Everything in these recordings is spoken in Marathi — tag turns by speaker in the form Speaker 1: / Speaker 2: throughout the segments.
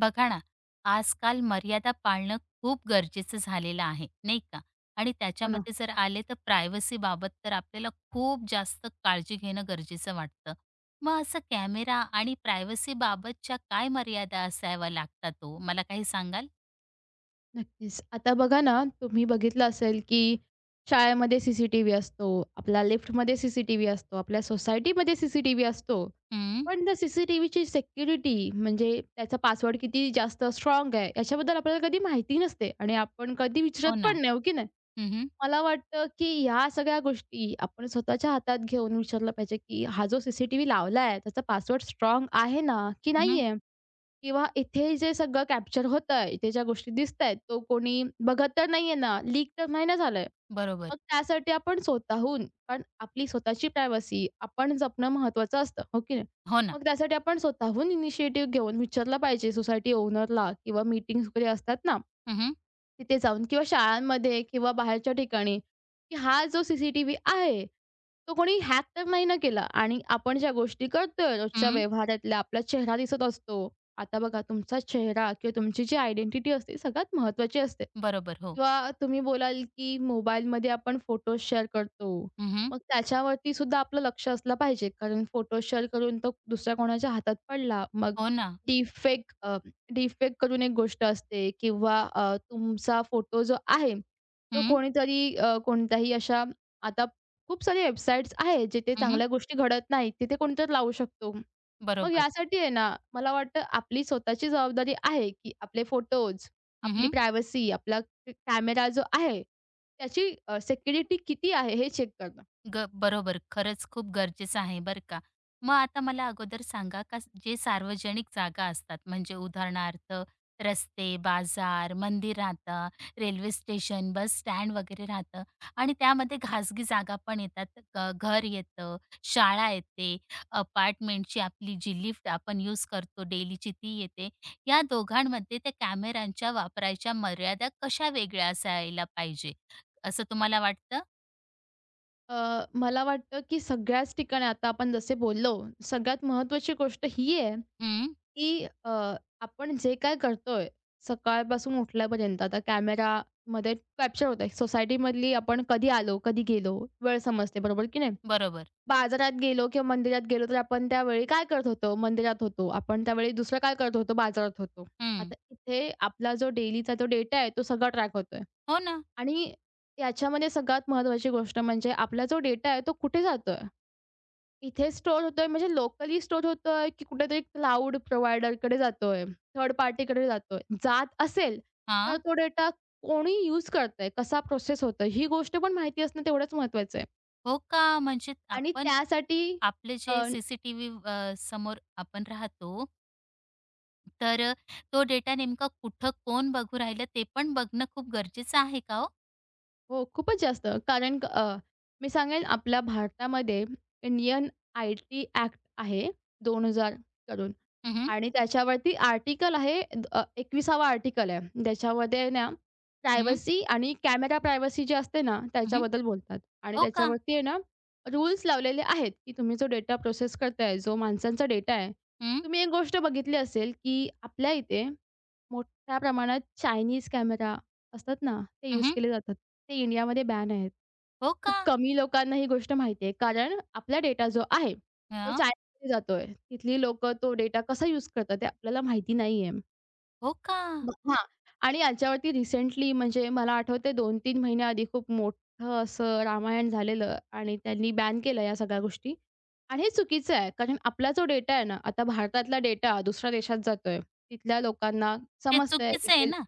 Speaker 1: बघा ना, आजकाल मर्यादा पाळणं खूप गरजेचं झालेलं आहे, नाही का? आणि
Speaker 2: हो ना,
Speaker 1: त्याच्यामध्ये जर आले तर प्रायव्हसीबाबत तर आपल्याला खूप जास्त काळजी घेणं गरजेचं वाटतं. मग असं कॅमेरा आणि प्रायव्हसीबाबतच्या काय मर्यादा असाव्या लागतात ओ? मला काही सांगाल?
Speaker 2: नक्कीच. आता बघा ना, तुम्ही बघितलं असेल, की शाळेमध्ये सी-सी-टी-व्ही असतो, आपला लिफ्टमध्ये सी-सी-टी-व्ही असतो, आपल्या सोसायटीमध्ये सी-सी-टी-व्ही असतो.
Speaker 1: हं,
Speaker 2: पण त्या सिक्युरिटी म्हणजे त्याचा पासवर्ड किती जास्त स्ट्रॉंग आहे, याच्याबद्दल आपल्याला कधी माहिती नसते आणि आपण कधी विचारत
Speaker 1: हो ना.
Speaker 2: पण नाही, हो की नाही?
Speaker 1: हं, हं.
Speaker 2: मला वाटतं, की ह्या सगळ्या गोष्टी आपण स्वतःच्या हातात घेऊन विचारलं पाहिजे, की हा जो सी लावला आहे, त्याचा पासवर्ड स्ट्राँग आहे ना, की नाहीये? किंवा इथे जे सगळं कॅप्चर होतंय, इथे ज्या गोष्टी दिसतायत, तो कोणी बघत तर नाहीये ना, लीक तर नाही ना झालंय.
Speaker 1: बरोबर.
Speaker 2: मग त्यासाठी आपण स्वतःहून कारण आपली स्वतःची प्रायव्हसी आपण जपणं महत्त्वाचं असतं, हो की नाही?
Speaker 1: हो ना.
Speaker 2: मग त्यासाठी आपण स्वतःहून इनिशिएटिव्ह घेऊन विचारलं पाहिजे सोसायटी ओनरला किंवा मीटिंग्स वगैरे असतात ना,
Speaker 1: हं, हं.
Speaker 2: तिथे जाऊन किंवा शाळांमध्ये किंवा बाहेरच्या ठिकाणी, की हा जो सी-सी-टी-व्ही आहे, तो कोणी हॅक तर नाही ना केला आणि आपण ज्या गोष्टी करतोय रोजच्या व्यवहारातल्या आपला चेहरा दिसत असतो. आता बघा तुमचा चेहरा किंवा तुमची जी आयडेंटिटी असते सगळ्यात महत्त्वाची असते
Speaker 1: बरोबर. हो.
Speaker 2: किंवा तुम्ही बोलाल, की मोबाईलमध्ये आपण फोटोज शेअर करतो.
Speaker 1: हं,
Speaker 2: मग त्याच्यावरती सुद्धा आपलं लक्ष असलं पाहिजे कारण फोटो शेअर करून तो दुसऱ्या कोणाच्या हातात पडला, मग
Speaker 1: हो ना.
Speaker 2: डीपफेक डिफेक्ट करून एक गोष्ट असते किंवा तुमचा फोटो जो आहे, तो
Speaker 1: हं,
Speaker 2: कोणीतरी कोणत्याही अशा आता खूप सारे वेबसाईट्स आहेत, जिथे
Speaker 1: हं,
Speaker 2: चांगल्या गोष्टी घडत नाहीत, तिथे कोणीतरी लावू शकतो. मग
Speaker 1: बरोबर.
Speaker 2: यासाठी आहे ना, मला वाटतं आपली स्वतःची जबाबदारी आहे, की आपले फोटोज, आपली प्रायव्हसी, आपला कॅमेरा जो आहे, त्याची किती आहे हे चेक करणं.
Speaker 1: बरोबर. खरंच खूप गरजेचं आहे बरं का. मग आता मला अगोदर सांगा का जे सार्वजनिक जागा असतात म्हणजे उदाहरणार्थ रस्ते, बाजार, मंदिर राहतं, रेल्वे स्टेशन, बस स्टँड वगैरे राहतं आणि त्यामध्ये खाजगी जागा पण येतात. घर येतं, शाळा येते, अपार्टमेंटची आपली जी लिफ्ट आपण यूज करतो डेलीची ती येते. या दोघांमध्ये त्या कॅमेऱ्यांच्या वापरायच्या मर्यादा कशा वेगळ्या असायला पाहिजे, असं तुम्हाला वाटतं?
Speaker 2: मला वाटतं की सगळ्याच ठिकाणी आता आपण जसे बोललो, सगळ्यात महत्त्वाची गोष्ट ही आहे
Speaker 1: हं,
Speaker 2: की आपण जे काय करतोय सकाळपासून उठल्यापर्यंत आता कॅमेरामध्ये कॅप्चर होतंय. सोसायटीमधली आपण कधी आलो, कधी गेलो, वेळ समजते बरोबर की नाही?
Speaker 1: बरोबर.
Speaker 2: बाजारात गेलो किंवा मंदिरात गेलो तर आपण त्यावेळी काय करत होतो? मंदिरात होतो. आपण त्यावेळी दुसरं काय करत होतो? बाजारात होतो.
Speaker 1: हं.
Speaker 2: आता इथे आपला जो डेलीचा जो डेटा आहे तो सगळा ट्रॅक होतोय
Speaker 1: हो ना.
Speaker 2: आणि याच्यामध्ये सगळ्यात महत्त्वाची गोष्ट म्हणजे आपला जो डेटा आहे तो कुठे जातोय? इथे स्टोअर होतोय म्हणजे लोकली स्टोअर होतोय, की कुठेतरी क्लाउड प्रोव्हायडरकडे जातोय, थर्ड पार्टीकडे जातोय. जात असेल, तर
Speaker 1: हां.
Speaker 2: तो डेटा कोणी यूज करतंय, कसा प्रोसेस होतोय, ही गोष्ट पण माहिती असणं तेवढंच महत्वाचं आहे.
Speaker 1: हो का? म्हणजे
Speaker 2: आणि
Speaker 1: आपण
Speaker 2: त्यासाठी
Speaker 1: आपले जे
Speaker 2: अ,
Speaker 1: सी अ, समोर आपण राहतो, तर तो डेटा नेमका कुठं कोण बघू राहिलं ते पण बघणं खूप गरजेचं आहे का हो?
Speaker 2: हो, खूपच जास्त. कारण मी सांगेन आपल्या भारतामध्ये इंडियन आय-टी ॲक्ट आहे 2000 करून.
Speaker 1: हं, हं.
Speaker 2: आणि त्याच्यावरती आर्टिकल आहे अ, 21वा आर्टिकल आहे. त्याच्यामध्ये आहे ना,
Speaker 1: हं,
Speaker 2: प्रायव्हसी आणि कॅमेरा प्रायव्हसी जी असते ना,
Speaker 1: हं.
Speaker 2: त्याच्याबद्दल बोलतात आणि
Speaker 1: हो का?
Speaker 2: त्याच्यावरती आहे ना, रूल्स लावलेले आहेत, की तुम्ही जो डेटा प्रोसेस करताय, जो माणसांचा डेटा आहे.
Speaker 1: हं,
Speaker 2: तुम्ही एक गोष्ट बघितली असेल, की आपल्या इथे मोठ्या प्रमाणात चायनीज कॅमेरा असतात ना, ते यूज
Speaker 1: हं.
Speaker 2: केले जातात. ते इंडियामध्ये बॅन आहेत.
Speaker 1: हो
Speaker 2: खूप
Speaker 1: का?
Speaker 2: कमी लोकांना ही गोष्ट माहिती आहे. कारण आपला डेटा जो आहे, तो
Speaker 1: हां.
Speaker 2: चायनामध्ये जातोय. तिथली लोकं तो डेटा कसा यूज करतात ते आपल्याला माहिती नाहीये.
Speaker 1: हो का?
Speaker 2: मग हां. आणि याच्यावरती रिसेंटली म्हणजे मला आठवतंय 2-3 महिन्याआधी खूप मोठं असं रामायण झालेलं आणि त्यांनी बॅन केलं या सगळ्या गोष्टी. आणि हे चुकीचं आहे. कारण आपला जो डेटा आहे ना, आता भारतातला डेटा दुसऱ्या देशात जातोय. तिथल्या लोकांना
Speaker 1: ते
Speaker 2: समजतंय
Speaker 1: चुकीचं आहे
Speaker 2: इथे
Speaker 1: ना.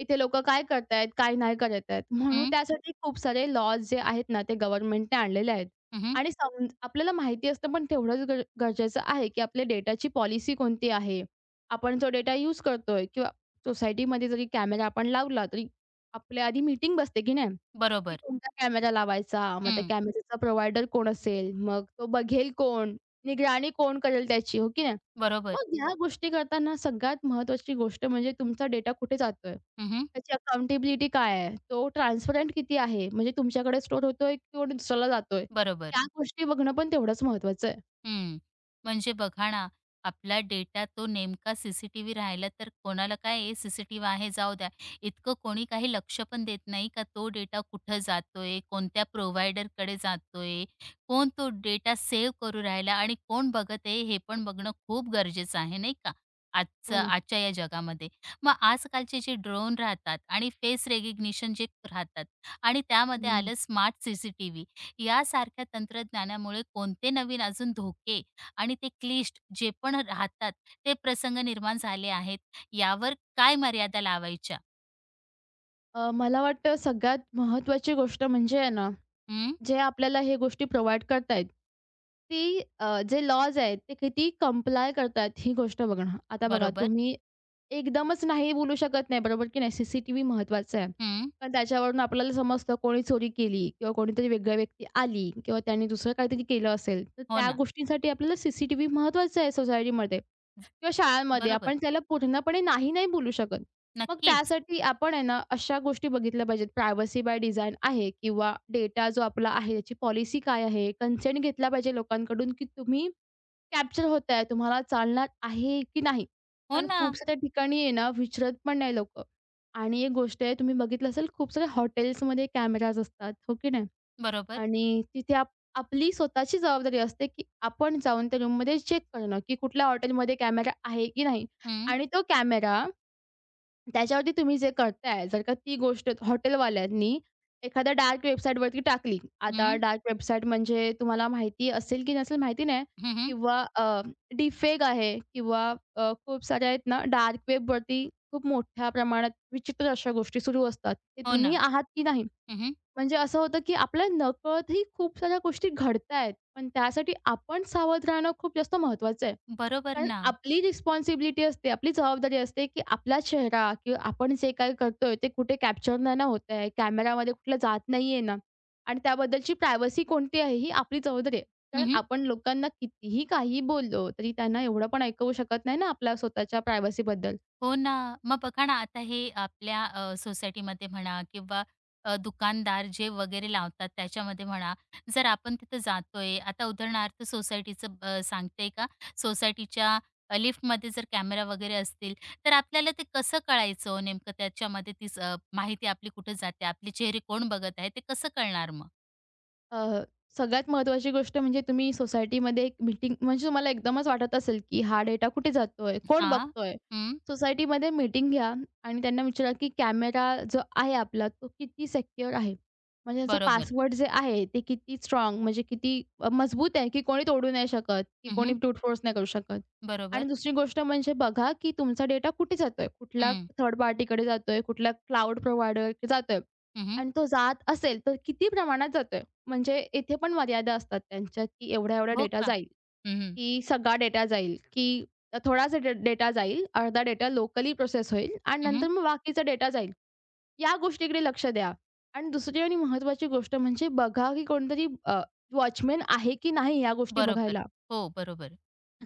Speaker 2: इथे लोकं काय करतायत, काय नाही करत आहेत. म्हणून
Speaker 1: हं,
Speaker 2: त्यासाठी खूप सारे लॉज जे आहेत ना, ते गव्हर्नमेंटने आणलेले आहेत.
Speaker 1: हं.
Speaker 2: आणि सम आपल्याला माहिती असतं, पण तेवढंच गरजेचं आहे, की आपल्या डेटाची पॉलिसी कोणती आहे? आपण जो डेटा यूज करतोय किंवा सोसायटीमध्ये जरी कॅमेरा आपण लावला, तरी आपल्या आधी मीटिंग बसते, की नाही? की
Speaker 1: बरोबर.
Speaker 2: कोणता कॅमेरा लावायचा? मग त्या
Speaker 1: हं.
Speaker 2: कॅमेऱ्याचा प्रोव्हायडर कोण असेल? मग तो बघेल कोण? निगराणी कोण करेल त्याची? हो की नाही?
Speaker 1: बरोबर.
Speaker 2: मग ह्या गोष्टी करताना सगळ्यात महत्त्वाची गोष्ट म्हणजे तुमचा डेटा कुठे जातोय?
Speaker 1: हं, हं.
Speaker 2: त्याची अकाउंटेबिलिटी काय आहे? तो ट्रान्सपरंट किती आहे? म्हणजे तुमच्याकडे स्टोअर होतोय किंवा दुसऱ्याला जातोय?
Speaker 1: बरोबर.
Speaker 2: त्या गोष्टी बघणं पण तेवढंच महत्वाचं आहे.
Speaker 1: हं, म्हणजे बघा ना, आपला डेटा तो नेमका सीसीटीव्ही राहिला तर कोणाला काय आहे सीसीटीव्ही आहे जाऊ द्या. इतकं कोणी काही लक्ष पण देत नाही का तो डेटा कुठं जातोय, कोणत्या प्रोव्हायडरकडे जातोय, कोण तो डेटा सेव्ह करू राहिला आणि कोण बघत आहे हे पण बघणं खूप गरजेचं आहे नाही का?
Speaker 2: हो
Speaker 1: आजचं
Speaker 2: ना.
Speaker 1: आजच्या या जगामध्ये. मग आजकालचे जे ड्रोन राहतात आणि फेस रिकग्निशन जे राहतात आणि त्यामध्ये
Speaker 2: हं.
Speaker 1: आलं स्मार्ट सीसीटीव्ही यासारख्या तंत्रज्ञानामुळे कोणते नवीन अजून धोके आणि ते क्लिष्ट जे पण राहतात ते प्रसंग निर्माण झाले आहेत यावर काय मर्यादा लावायच्या?
Speaker 2: मला वाटतं सगळ्यात महत्वाची गोष्ट म्हणजे आहे ना
Speaker 1: हं,
Speaker 2: जे आपल्याला हे गोष्टी प्रोव्हाईड करतायत, ती जे लॉज आहेत ते किती कंप्लाय करतायत ही गोष्ट बघणं. आता बघा
Speaker 1: बरोबर.
Speaker 2: तुम्ही एकदमच नाही बोलू शकत नाही, बरोबर की नाही? सी-सी-टी-व्ही महत्त्वाचा आहे.
Speaker 1: हं,
Speaker 2: पण त्याच्यावरून आपल्याला समजतं कोणी चोरी केली किंवा कोणीतरी वेगळी व्यक्ती आली किंवा त्यांनी दुसरं काहीतरी केलं असेल, तर
Speaker 1: हो
Speaker 2: त्या
Speaker 1: ना.
Speaker 2: गोष्टींसाठी आपल्याला सी सी आहे सोसायटीमध्ये किंवा शाळांमध्ये.
Speaker 1: बरोबर.
Speaker 2: आपण त्याला पूर्णपणे नाही नाही बोलू शकत. मग
Speaker 1: नक्कीच.
Speaker 2: त्यासाठी आपण आहे ना, अशा गोष्टी बघितल्या पाहिजेत. प्रायव्हसी बाय डिझाइन आहे किंवा डेटा जो आपला आहे, त्याची पॉलिसी काय आहे? कन्सेंट घेतला पाहिजे लोकांकडून, की तुम्ही कॅप्चर होताय, तुम्हाला चालणार आहे की नाही?
Speaker 1: हो
Speaker 2: कारण
Speaker 1: ना.
Speaker 2: खूप साऱ्या ठिकाणी आहे ना, विचारत पण नाही लोकं. आणि एक गोष्ट आहे, तुम्ही बघितलं असेल, खूप साऱ्या हॉटेल्समध्ये कॅमेराज असतात, हो की नाही?
Speaker 1: बरोबर.
Speaker 2: आणि तिथे आपली स्वतःची जबाबदारी असते, की आपण जाऊन त्या रूममध्ये चेक करणं, की कुठल्या हॉटेलमध्ये कॅमेरा आहे की नाही?
Speaker 1: हं,
Speaker 2: आणि तो कॅमेरा त्याच्यावरती तुम्ही जे करताय, जर का ती गोष्ट हॉटेलवाल्यांनी एखाद्या डार्क वेबसाईटवरती टाकली. आता
Speaker 1: हं.
Speaker 2: डार्क वेबसाईट म्हणजे तुम्हाला माहिती असेल की नसेल माहिती नाही
Speaker 1: हं, हं.
Speaker 2: किंवा डिफेक आहे किंवा खूप साऱ्या आहेत ना डार्क वेबवरती खूप मोठ्या प्रमाणात विचित्र अशा गोष्टी सुरू असतात. ते
Speaker 1: हो
Speaker 2: तुम्ही
Speaker 1: ना.
Speaker 2: आहात की नाही
Speaker 1: हं, हं.
Speaker 2: म्हणजे असं होतं, की आपल्या नकळतही खूप साऱ्या गोष्टी घडतायेत. पण त्यासाठी आपण सावध राहणं खूप जास्त महत्त्वाचं आहे.
Speaker 1: बरोबर
Speaker 2: कारण
Speaker 1: ना.
Speaker 2: आपली रिस्पॉन्सिबिलिटी असते, आपली जबाबदारी असते, की आपला चेहरा किंवा आपण जे काही करतोय ते कुठे कॅप्चर नाही ना होत आहे, कॅमेरामध्ये कुठलं जात नाही ना आणि त्याबद्दलची प्रायव्हसी कोणती आहे ही आपली जबाबदारी आहे. कारण
Speaker 1: हं,
Speaker 2: आपण लोकांना कितीही काही बोललो, तरी त्यांना एवढं पण ऐकवू शकत नाही ना आपल्या स्वतःच्या प्रायव्हसीबद्दल.
Speaker 1: हो ना. मग बघा ना, आता हे आपल्या सोसायटीमध्ये म्हणा किंवा दुकानदार जे वगैरे लावतात त्याच्यामध्ये म्हणा, जर आपण तिथं जातोय, आता उदाहरणार्थ सोसायटीचं सांगते का, सोसायटीच्या लिफ्टमध्ये जर कॅमेरा वगैरे असतील, तर आपल्याला ते कसं कळायचं हो नेमकं त्याच्यामध्ये ती माहिती आपली कुठे जाते, आपले चेहरे कोण बघत आहे, ते कसं कळणार मग?
Speaker 2: अ, सगळ्यात महत्त्वाची गोष्ट म्हणजे तुम्ही सोसायटीमध्ये एक मीटिंग म्हणजे तुम्हाला एकदमच वाटत असेल, की हा डेटा कुठे जातोय? कोण
Speaker 1: हां.
Speaker 2: बघतोय?
Speaker 1: हं.
Speaker 2: सोसायटीमध्ये मीटिंग घ्या आणि त्यांना विचारा, की कॅमेरा जो आहे आपला तो किती सिक्युअर आहे? म्हणजे त्याचं
Speaker 1: बरोबर.
Speaker 2: पासवर्ड जे आहे ते किती स्ट्राँग म्हणजे किती मजबूत आहे, की कोणी तोडू नाही शकत, की कोणी
Speaker 1: हं,
Speaker 2: ब्रूट फोर्स नाही करू शकत.
Speaker 1: बरोबर.
Speaker 2: आणि दुसरी गोष्ट म्हणजे बघा, की तुमचा डेटा कुठे जातोय? कुठल्या
Speaker 1: हं.
Speaker 2: थर्ड पार्टीकडे जातोय? कुठल्या क्लाउड प्रोव्हायडरकडे जातोय?
Speaker 1: हं,
Speaker 2: आणि तो जात असेल तर किती प्रमाणात जातोय? म्हणजे इथे पण मर्यादा असतात त्यांच्या, की एवढा-एवढा
Speaker 1: हो
Speaker 2: डेटा
Speaker 1: का?
Speaker 2: जाईल, की सगळा डेटा जाईल, की थोडासा डेटा जाईल, अर्धा डेटा लोकली प्रोसेस होईल आणि
Speaker 1: हं, हं.
Speaker 2: नंतर मग बाकीचा डेटा जाईल. या गोष्टीकडे लक्ष द्या. आणि दुसरी आणि महत्त्वाची गोष्ट म्हणजे बघा, की कोणतरी आहे की नाही या गोष्टी
Speaker 1: बरोबर.
Speaker 2: बघायला.
Speaker 1: हो, बरोबर.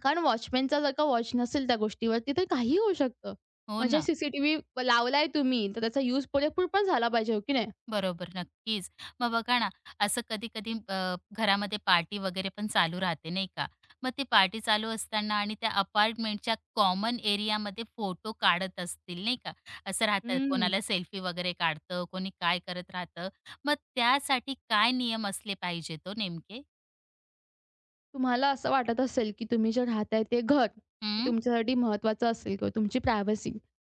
Speaker 2: कारण वॉचमनचा जर का वॉच नसेल त्या गोष्टीवरती तर काहीही होऊ शकतं.
Speaker 1: हो
Speaker 2: म्हणजे
Speaker 1: ना.
Speaker 2: सीसीटीव्ही लावलाय तुम्ही, तर त्याचा यूज पुरेपूर पण झाला पाहिजे, हो की नाही?
Speaker 1: बरोबर, नक्कीच. मग बघा ना, असं कधी-कधी घरामध्ये पार्टी वगैरे पण चालू राहते, नाही का? मग ती पार्टी चालू असताना आणि त्या अपार्टमेंटच्या कॉमन एरियामध्ये फोटो काढत असतील, नाही का? असं राहतं,
Speaker 2: हं.
Speaker 1: कोणाला सेल्फी वगैरे काढतं, कोणी काय करत राहतं. मग त्यासाठी काय नियम असले पाहिजेत ओ नेमके?
Speaker 2: तुम्हाला असं वाटत असेल, की तुम्ही जे राहताय ते घर, हे
Speaker 1: हं,
Speaker 2: तुमच्यासाठी महत्त्वाचं असेल किंवा तुमची प्रायव्हसी,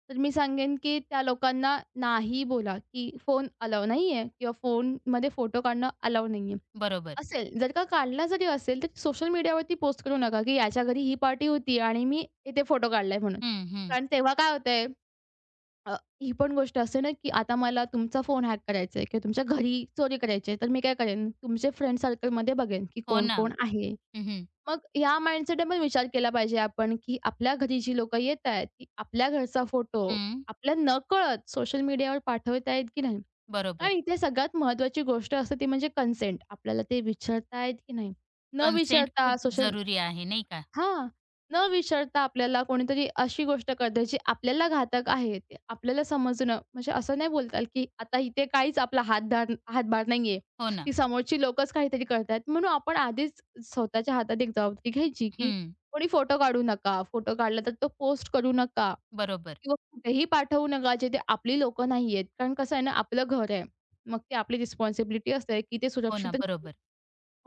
Speaker 2: तर मी सांगेन, की त्या लोकांना नाही बोला, की फोन अलाऊ नाहीये किंवा फोनमध्ये फोटो काढणं अलाऊ नाहीये.
Speaker 1: बरोबर.
Speaker 2: असेल, जर का काढला जरी असेल, तर सोशल मीडियावरती पोस्ट करू नका, की याच्या घरी ही पार्टी होती आणि मी इथे फोटो काढलाय म्हणून.
Speaker 1: हं, हं.
Speaker 2: कारण तेव्हा काय होतंय, अ, ही पण गोष्ट असते ना, की आता मला तुमचा फोन हॅक करायचा आहे किंवा तुमच्या घरी चोरी करायची आहे, तर मी काय करेन, तुमचे फ्रेंड सर्कलमध्ये बघेन, की
Speaker 1: हो ना.
Speaker 2: कोण-कोण आहे.
Speaker 1: हं.
Speaker 2: मग ह्या माइंडसेटमध्ये विचार केला पाहिजे आपण, की आपल्या घरी जी लोकं येत आहेत, ती आपल्या घरचा फोटो
Speaker 1: हं,
Speaker 2: आपल्या नकळत सोशल मीडियावर पाठवत आहेत की नाही?
Speaker 1: बरोबर.
Speaker 2: आणि इथे सगळ्यात महत्त्वाची गोष्ट असते ती म्हणजे कन्सेंट. आपल्याला ते विचारतायत की नाही? न
Speaker 1: कन्सेंट
Speaker 2: विचारता
Speaker 1: खूप
Speaker 2: सोशल
Speaker 1: जरुरी आहे, नाही का?
Speaker 2: हां. न विचारता आपल्याला कोणीतरी अशी गोष्ट करते जी आपल्याला घातक आहे, ते आपल्याला समजणं म्हणजे असं नाही बोलता येईल, की आता इथे काहीच आपला हातधार हातभार नाहीये.
Speaker 1: हो ना.
Speaker 2: ती समोरची लोकच काहीतरी करतायत. म्हणून आपण आधीच स्वतःच्या हातात एक जबाबदारी घ्यायची, की
Speaker 1: हं,
Speaker 2: कोणी फोटो काढू नका. फोटो काढला तर तो पोस्ट करू नका
Speaker 1: बरोबर.
Speaker 2: किंवा कुठेही पाठवू नका, जिथे आपली लोकं नाहीयेत. कारण कसं आहे ना, आपलं घर आहे. मग ती आपली रिस्पॉन्सिबिलिटी असते, की ते
Speaker 1: हो ना,
Speaker 2: सुरक्षित
Speaker 1: बरोबर.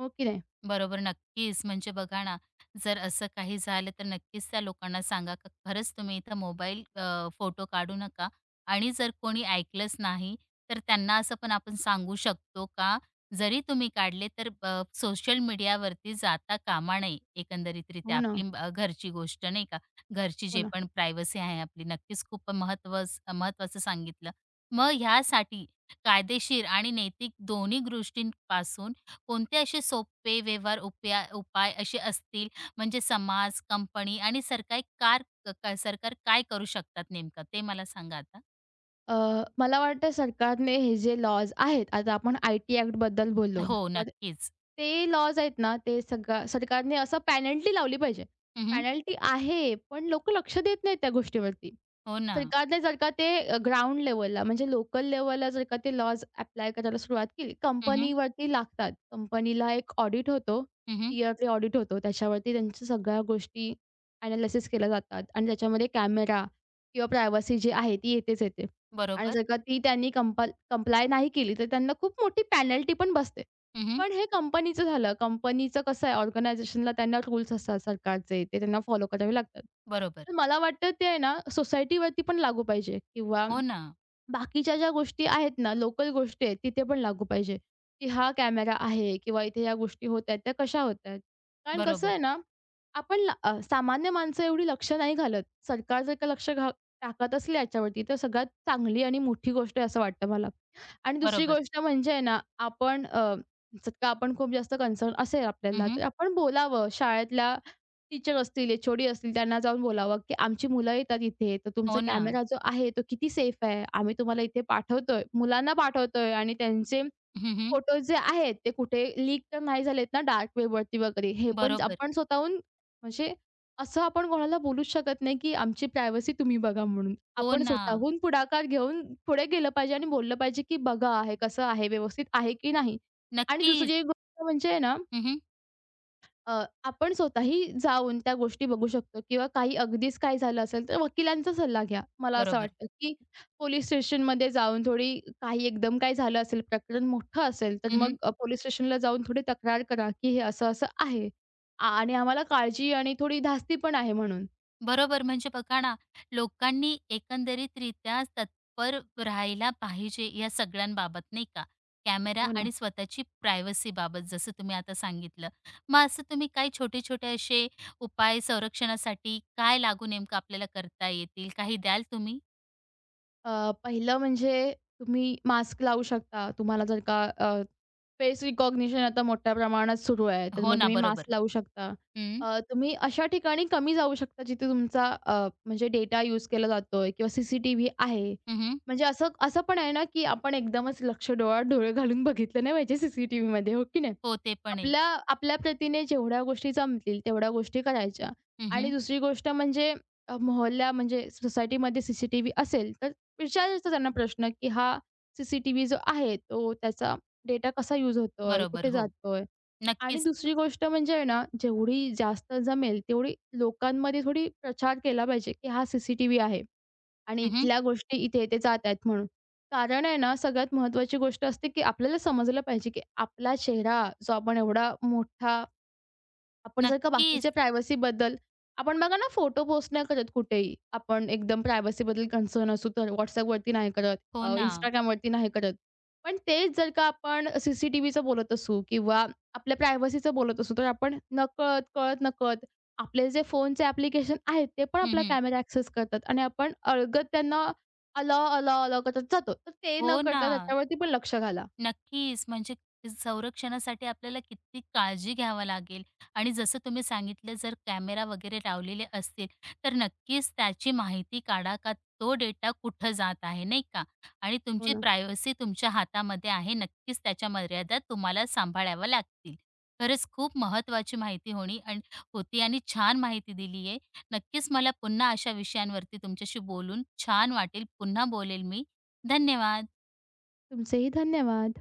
Speaker 2: हो की नाही?
Speaker 1: बरोबर, नक्कीच. म्हणजे बघा ना, जर असं काही झालं तर नक्कीच त्या लोकांना सांगा का खरंच तुम्ही इथं मोबाईल फोटो काढू नका आणि जर कोणी ऐकलंच नाही, तर त्यांना असं पण आपण सांगू शकतो का, जरी तुम्ही काढले तर सोशल मीडियावरती जाता कामा नये
Speaker 2: हो
Speaker 1: एकंदरीतरीत्या
Speaker 2: ना.
Speaker 1: आपली घरची गोष्ट नाही का, घरची
Speaker 2: हो
Speaker 1: जे
Speaker 2: ना.
Speaker 1: पण प्रायव्हसी आहे आपली नक्कीच खूप महत्त्वाचं सांगितलं. मग ह्यासाठी कायदेशीर आणि नैतिक दोन्ही गोष्टींपासून कोणते असे सोपे व्यवहार उपाय असे असतील, म्हणजे समाज, कंपनी आणि सरकार कार क सरकार काय करू शकतात नेमकं ते मला सांगा आता?
Speaker 2: मला वाटतं सरकारने हे जे लॉज आहेत, आता आपण आय-टी ॲक्टबद्दल बोललो,
Speaker 1: हो,
Speaker 2: तर
Speaker 1: नक्कीच.
Speaker 2: ते लॉज आहेत ना, ते सगळा सरकारने असं पेनल्टी लावली पाहिजे.
Speaker 1: हं,
Speaker 2: पेनल्टी आहे, पण लोकं लक्ष देत नाहीत त्या गोष्टीवरती.
Speaker 1: हो ना.
Speaker 2: सरकारने जर का ते ग्राउंड लेव्हलला म्हणजे लोकल लेव्हलला जर का ते लॉज ॲप्लाय करायला सुरुवात केली,
Speaker 1: हं, हं.
Speaker 2: कंपनीवरती लागतात. कंपनीला एक ऑडिट होतो, इयरली ऑडिट होतो. त्याच्यावरती त्यांच्या सगळ्या गोष्टी ॲनालिसिस केल्या जातात आणि त्याच्यामध्ये कॅमेरा किंवा प्रायव्हसी जी आहे ती येतेच येते. आणि
Speaker 1: बरोबर.
Speaker 2: जर का ती त्यांनी कंप्लाय नाही केली, तर त्यांना खूप मोठी पेनल्टी पण बसते.
Speaker 1: हं,
Speaker 2: पण हे कंपनीचं झालं. कंपनीचं कसं आहे ऑर्गनायझेशनला त्यांना रूल्स असतात सरकारचे. ते त्यांना फॉलो करावे लागतात.
Speaker 1: बरोबर.
Speaker 2: तर मला वाटतं ते आहे ना सोसायटीवरती पण लागू पाहिजे किंवा
Speaker 1: हो ना.
Speaker 2: बाकीच्या ज्या गोष्टी आहेत ना, लोकल गोष्टी आहेत तिथे पण लागू पाहिजे, की हा कॅमेरा आहे किंवा इथे या गोष्टी होत आहेत, त्या कशा होत आहेत? कारण कसं
Speaker 1: बरोबर,
Speaker 2: आहे ना आपण सामान्य माणसं एवढी लक्ष नाही घालत. सरकार जर का लक्ष टाकत असली याच्यावरती, तर सगळ्यात चांगली आणि मोठी गोष्ट आहे असं वाटतं मला. आणि दुसरी
Speaker 1: बरोबर.
Speaker 2: गोष्ट म्हणजे आहे ना, आपण जर का आपण खूप जास्त कन्सर्न असेल आपल्याला,
Speaker 1: हं,
Speaker 2: तर आपण बोलावं. शाळेतल्या टीचर असतील, एच-ओ-डी असतील, त्यांना जाऊन बोलावं, की "आमची मुलं येतात इथे, तर तुमचा
Speaker 1: हो ना.
Speaker 2: कॅमेरा जो आहे, तो किती सेफ आहे? आम्ही तुम्हाला इथे पाठवतोय, मुलांना पाठवतोय आणि त्यांचे
Speaker 1: हं,
Speaker 2: फोटोज जे आहेत ते कुठे लीक तर नाही झालेत ना डार्क वेबवरती वगैरे. हे पण
Speaker 1: बरोबर.
Speaker 2: आपण स्वतःहून म्हणजे असं आपण कोणाला बोलूच शकत नाही, की आमची प्रायव्हसी तुम्ही बघा म्हणून.
Speaker 1: हो
Speaker 2: आपण
Speaker 1: ना.
Speaker 2: स्वतःहून पुढाकार घेऊन पुढे गेलं पाहिजे आणि बोललं पाहिजे, की "बघा, हे कसं आहे, व्यवस्थित आहे की नाही?" आणि
Speaker 1: नक्कीच.
Speaker 2: दुसरी एक गोष्ट म्हणजे आहे ना
Speaker 1: हं,
Speaker 2: आपण स्वतःही जाऊन त्या गोष्टी बघू शकतो किंवा काही अगदीच काय झालं असेल तर वकिलांचा सल्ला घ्या. मला असं
Speaker 1: बरोबर.
Speaker 2: वाटतं, की पोलीस स्टेशनमध्ये जाऊन थोडी काही एकदम काय झालं असेल, प्रकरण मोठं असेल, तर मग पोलीस स्टेशनला जाऊन थोडी तक्रार करा, की हे असं-असं आहे आणि आम्हाला काळजी आणि थोडी धास्ती पण आहे म्हणून.
Speaker 1: बरोबर. म्हणजे बघा ना, लोकांनी एकंदरीतरित्या तत्पर राहायला पाहिजे या सगळ्यांबाबत, नाही का? कॅमेरा
Speaker 2: हो ना.
Speaker 1: आणि स्वतःची प्रायव्हसीबाबत जसं तुम्ही आता सांगितलं. मग असं तुम्ही काही छोटे-छोटे असे उपाय संरक्षणासाठी काय लागू नेमकं आपल्याला करता येतील? काही द्याल तुम्ही?
Speaker 2: पहिलं म्हणजे तुम्ही मास्क लावू शकता. तुम्हाला जर का फेस रिकॉग्निशन आता मोठ्या प्रमाणात सुरू आहे, तर
Speaker 1: हो
Speaker 2: मग
Speaker 1: ना,
Speaker 2: तुम्ही मास्क
Speaker 1: बरोबर.
Speaker 2: लावू शकता.
Speaker 1: हं,
Speaker 2: तुम्ही अशा ठिकाणी कमी जाऊ शकता जिथे तुमचा म्हणजे डेटा यूज केला जातोय किंवा सीसीटीव्ही आहे.
Speaker 1: हं, हं.
Speaker 2: म्हणजे असं असं पण आहे ना, की आपण एकदमच लक्ष डोळ्यात डोळे घालून बघितलं नाही पाहिजे सीसीटीव्हीमध्ये, हो की नाही?
Speaker 1: हो, ते पण आहे.
Speaker 2: आपल्या आपल्या प्रतीने जेवढ्या गोष्टी जमतील तेवढ्या गोष्टी करायच्या आणि
Speaker 1: हं,
Speaker 2: दुसरी गोष्ट म्हणजे मोहल्ला म्हणजे सोसायटीमध्ये सीसीटीव्ही असेल तर विचारायचा त्यांना प्रश्न, की हा सी सी टी जो आहे, तो त्याचा डेटा कसा यूज होतोय,
Speaker 1: बरोबर.
Speaker 2: कुठे
Speaker 1: हो,
Speaker 2: जातोय? आणि
Speaker 1: नक्कीच.
Speaker 2: दुसरी गोष्ट म्हणजे आहे ना, जेवढी जास्त जमेल तेवढी लोकांमध्ये थोडी प्रचार केला पाहिजे, की हा सी आहे आणि
Speaker 1: हं,
Speaker 2: इथल्या गोष्टी इथे-इथे जात आहेत म्हणून. कारण आहे ना, सगळ्यात महत्त्वाची गोष्ट असते, की आपल्याला समजलं पाहिजे, की आपला चेहरा जो आपण एवढा मोठा आपण जर का
Speaker 1: नक्कीच.
Speaker 2: बाकीच्या प्रायव्हसीबद्दल आपण बघा ना फोटो पोस्ट नाही करत कुठेही. आपण एकदम प्रायव्हसीबद्दल कन्सर्न असू तर WhatsAppवरती नाही करत,
Speaker 1: हो ना.
Speaker 2: Instagramवरती नाही करत. पण तेच जर का आपण सी-सी-टी-व्हीचं बोलत असू किंवा आपल्या प्रायव्हसीचं बोलत असू, तर आपण नकळत, कळत-नकळत आपले जे फोनचे ॲप्लिकेशन आहेत, ते पण आपला
Speaker 1: हं.
Speaker 2: कॅमेरा ॲक्सेस करतात आणि आपण अलगद त्यांना अलाव, अलाव, अलाव करत जातो. तर ते
Speaker 1: हो
Speaker 2: न
Speaker 1: ना.
Speaker 2: करता त्याच्यावरती पण लक्ष घाला.
Speaker 1: नक्कीच. म्हणजे संरक्षणासाठी आपल्याला किती काळजी घ्यावी लागेल आणि जसं तुम्ही सांगितलं जर कॅमेरा वगैरे लावलेले असतील, तर नक्कीच त्याची माहिती काढा का तो डेटा कुठं जात आहे, नाही का? आणि
Speaker 2: हो
Speaker 1: तुमची
Speaker 2: ना.
Speaker 1: प्रायव्हसी तुमच्या हातामध्ये आहे. नक्कीच त्याच्या मर्यादा तुम्हाला सांभाळाव्या लागतील. खरंच खूप महत्त्वाची माहिती होणी आणि होती आणि छान माहिती दिली आहे. नक्कीच मला पुन्हा अशा विषयांवरती तुमच्याशी बोलून छान वाटेल. पुन्हा बोलेल मी. धन्यवाद.
Speaker 2: तुमचेही धन्यवाद.